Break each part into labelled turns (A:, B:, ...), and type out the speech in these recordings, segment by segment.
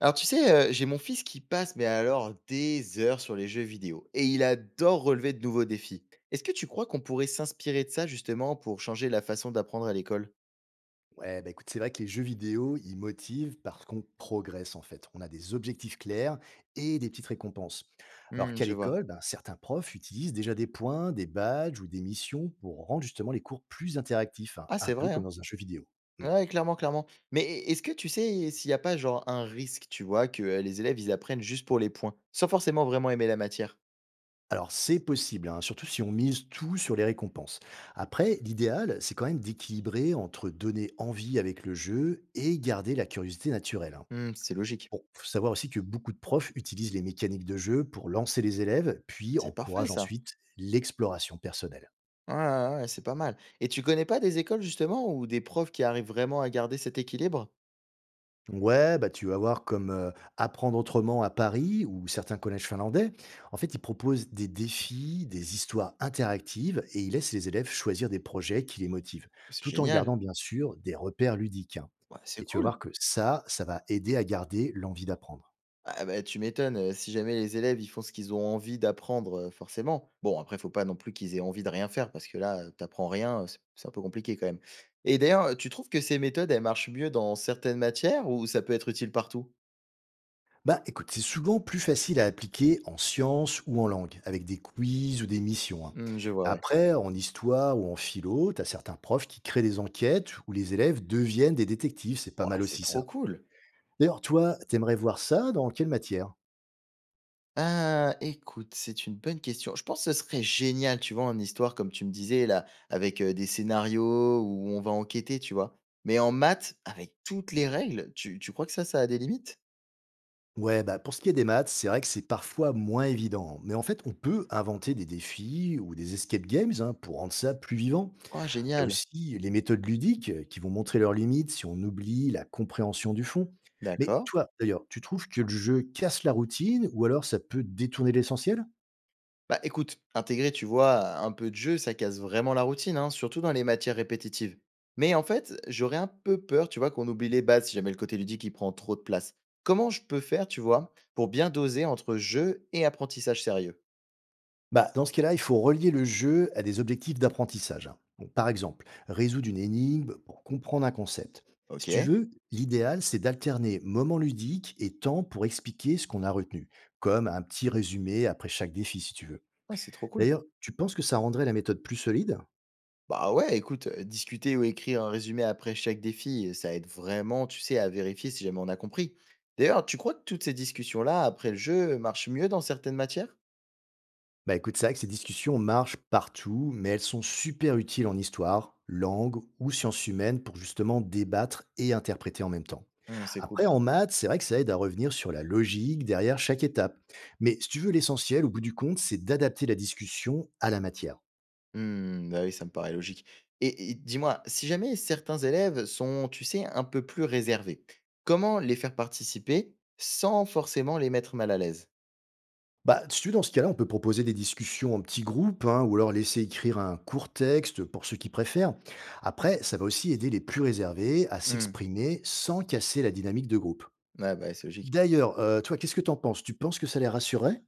A: Alors tu sais, j'ai mon fils qui passe, mais alors des heures sur les jeux vidéo et il adore relever de nouveaux défis. Est-ce que tu crois qu'on pourrait s'inspirer de ça justement pour changer la façon d'apprendre à l'école?
B: Ouais, bah écoute, c'est vrai que les jeux vidéo, ils motivent parce qu'on progresse en fait. On a des objectifs clairs et des petites récompenses. Alors
A: Mmh,
B: qu'à
A: je vois.
B: l'école, ben, certains profs utilisent déjà des points, des badges ou des missions pour rendre justement les cours plus interactifs, hein,
A: Ah
B: un
A: c'est
B: peu
A: vrai,
B: comme
A: hein?
B: dans un jeu vidéo. Hmm.
A: Ouais, clairement, clairement. Mais est-ce que tu sais s'il n'y a pas genre un risque, tu vois, que, les élèves ils apprennent juste pour les points, sans forcément vraiment aimer la matière?
B: Alors c'est possible, hein, surtout si on mise tout sur les récompenses. Après, l'idéal, c'est quand même d'équilibrer entre donner envie avec le jeu et garder la curiosité naturelle, hein.
A: Mmh, c'est logique.
B: Bon, faut savoir aussi que beaucoup de profs utilisent les mécaniques de jeu pour lancer les élèves, puis
A: C'est parfait
B: encouragent
A: ça.
B: ensuite l'exploration personnelle.
A: Ouais, ouais, ouais, ouais, c'est pas mal. Et tu connais pas des écoles justement ou des profs qui arrivent vraiment à garder cet équilibre?
B: Ouais, bah tu vas voir comme apprendre autrement à Paris ou certains collèges finlandais. En fait, ils proposent des défis, des histoires interactives et ils laissent les élèves choisir des projets qui les motivent,
A: C'est
B: tout en
A: génial.
B: gardant bien sûr des repères ludiques, hein.
A: Ouais, c'est
B: Et tu vas voir
A: cool.
B: que ça va aider à garder l'envie d'apprendre.
A: Ah bah, tu m'étonnes, si jamais les élèves, ils font ce qu'ils ont envie d'apprendre, forcément. Bon, après, faut pas non plus qu'ils aient envie de rien faire parce que là, tu rien, c'est un peu compliqué quand même. Et d'ailleurs, tu trouves que ces méthodes, elles marchent mieux dans certaines matières ou ça peut être utile partout?
B: Bah écoute, c'est souvent plus facile à appliquer en sciences ou en langue, avec des quiz ou des missions, hein.
A: Mmh, je vois, ouais.
B: Après, en histoire ou en philo, t'as certains profs qui créent des enquêtes où les élèves deviennent des détectives, c'est pas
A: Wouah,
B: mal
A: c'est
B: aussi
A: trop
B: ça.
A: cool!
B: D'ailleurs, toi, t'aimerais voir ça dans quelle matière?
A: Ah, écoute, c'est une bonne question. Je pense que ce serait génial, tu vois, en histoire, comme tu me disais là, avec, des scénarios où on va enquêter, tu vois? Mais en maths, avec toutes les règles, tu crois que ça a des limites?
B: Ouais, bah pour ce qui est des maths, c'est vrai que c'est parfois moins évident, mais en fait, on peut inventer des défis ou des escape games, hein, pour rendre ça plus vivant.
A: Ah
B: Tu as
A: génial!
B: aussi les méthodes ludiques, qui vont montrer leurs limites si on oublie la compréhension du fond. Mais
A: D'accord.
B: toi, d'ailleurs, tu trouves que le jeu casse la routine ou alors ça peut détourner l'essentiel?
A: Bah écoute, intégrer, tu vois, un peu de jeu, ça casse vraiment la routine, hein, surtout dans les matières répétitives. Mais en fait, j'aurais un peu peur, tu vois, qu'on oublie les bases si jamais le côté ludique il prend trop de place. Comment je peux faire, tu vois, pour bien doser entre jeu et apprentissage sérieux?
B: Bah, dans ce cas-là, il faut relier le jeu à des objectifs d'apprentissage, hein. Donc par exemple, résoudre une énigme pour comprendre un concept. Si
A: Ok.
B: tu veux, l'idéal, c'est d'alterner moments ludiques et temps pour expliquer ce qu'on a retenu, comme un petit résumé après chaque défi si tu veux.
A: Ah, c'est trop cool.
B: D'ailleurs, tu penses que ça rendrait la méthode plus solide?
A: Bah ouais, écoute, discuter ou écrire un résumé après chaque défi, ça aide vraiment, tu sais, à vérifier si jamais on a compris. D'ailleurs, tu crois que toutes ces discussions-là, après le jeu, marchent mieux dans certaines matières?
B: Bah écoute, c'est vrai que ces discussions marchent partout, mais elles sont super utiles en histoire, langue ou sciences humaines pour justement débattre et interpréter en même temps.
A: Hmm, c'est cool
B: Après, en
A: ça.
B: maths, c'est vrai que ça aide à revenir sur la logique derrière chaque étape. Mais si tu veux, l'essentiel, au bout du compte, c'est d'adapter la discussion à la matière.
A: Mmh, bah, oui, ça me paraît logique. Et dis-moi, si jamais certains élèves sont, tu sais, un peu plus réservés, comment les faire participer sans forcément les mettre mal à l'aise?
B: Bah, si tu veux, dans ce cas-là, on peut proposer des discussions en petits groupes, hein, ou alors laisser écrire un court texte pour ceux qui préfèrent. Après, ça va aussi aider les plus réservés à
A: Mmh,
B: s'exprimer sans casser la dynamique de groupe.
A: ouais, bah, c'est logique.
B: D'ailleurs, toi, qu'est-ce que tu en penses? Tu penses que ça les rassurait?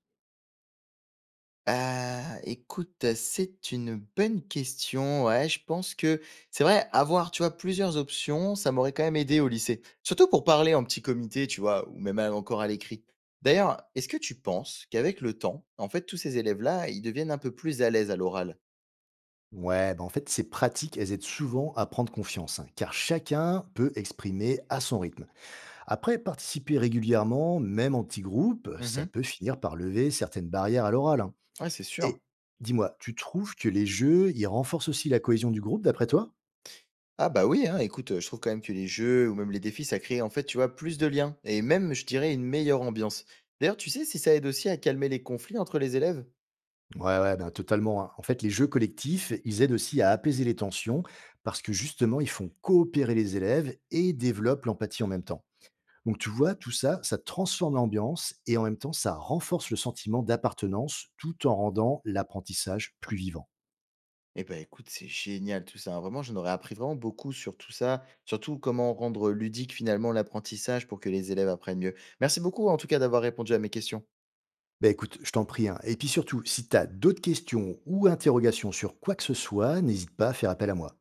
A: Ah, écoute, c'est une bonne question, ouais, je pense que c'est vrai, avoir, tu vois, plusieurs options, ça m'aurait quand même aidé au lycée. Surtout pour parler en petit comité, tu vois, ou même à encore à l'écrit. D'ailleurs, est-ce que tu penses qu'avec le temps, en fait, tous ces élèves-là, ils deviennent un peu plus à l'aise à l'oral?
B: Ouais, bah, en fait, ces pratiques, elles aident souvent à prendre confiance, hein, car chacun peut exprimer à son rythme. Après, participer régulièrement, même en petits groupes, ça peut finir par lever certaines barrières à l'oral, hein.
A: Ouais, c'est sûr.
B: Et dis-moi, tu trouves que les jeux, ils renforcent aussi la cohésion du groupe, d'après toi?
A: Ah bah oui, hein, écoute, je trouve quand même que les jeux ou même les défis, ça crée en fait, tu vois, plus de liens et même, je dirais, une meilleure ambiance. D'ailleurs, tu sais si ça aide aussi à calmer les conflits entre les élèves?
B: Ouais, ouais, ben, totalement, hein. En fait, les jeux collectifs, ils aident aussi à apaiser les tensions parce que justement, ils font coopérer les élèves et développent l'empathie en même temps. Donc, tu vois, tout ça, ça transforme l'ambiance et en même temps, ça renforce le sentiment d'appartenance tout en rendant l'apprentissage plus vivant.
A: Eh ben écoute, c'est génial tout ça, hein. Vraiment, j'en aurais appris vraiment beaucoup sur tout ça, surtout comment rendre ludique finalement l'apprentissage pour que les élèves apprennent mieux. Merci beaucoup en tout cas d'avoir répondu à mes questions.
B: Ben écoute, je t'en prie, hein. Et puis surtout, si tu as d'autres questions ou interrogations sur quoi que ce soit, n'hésite pas à faire appel à moi.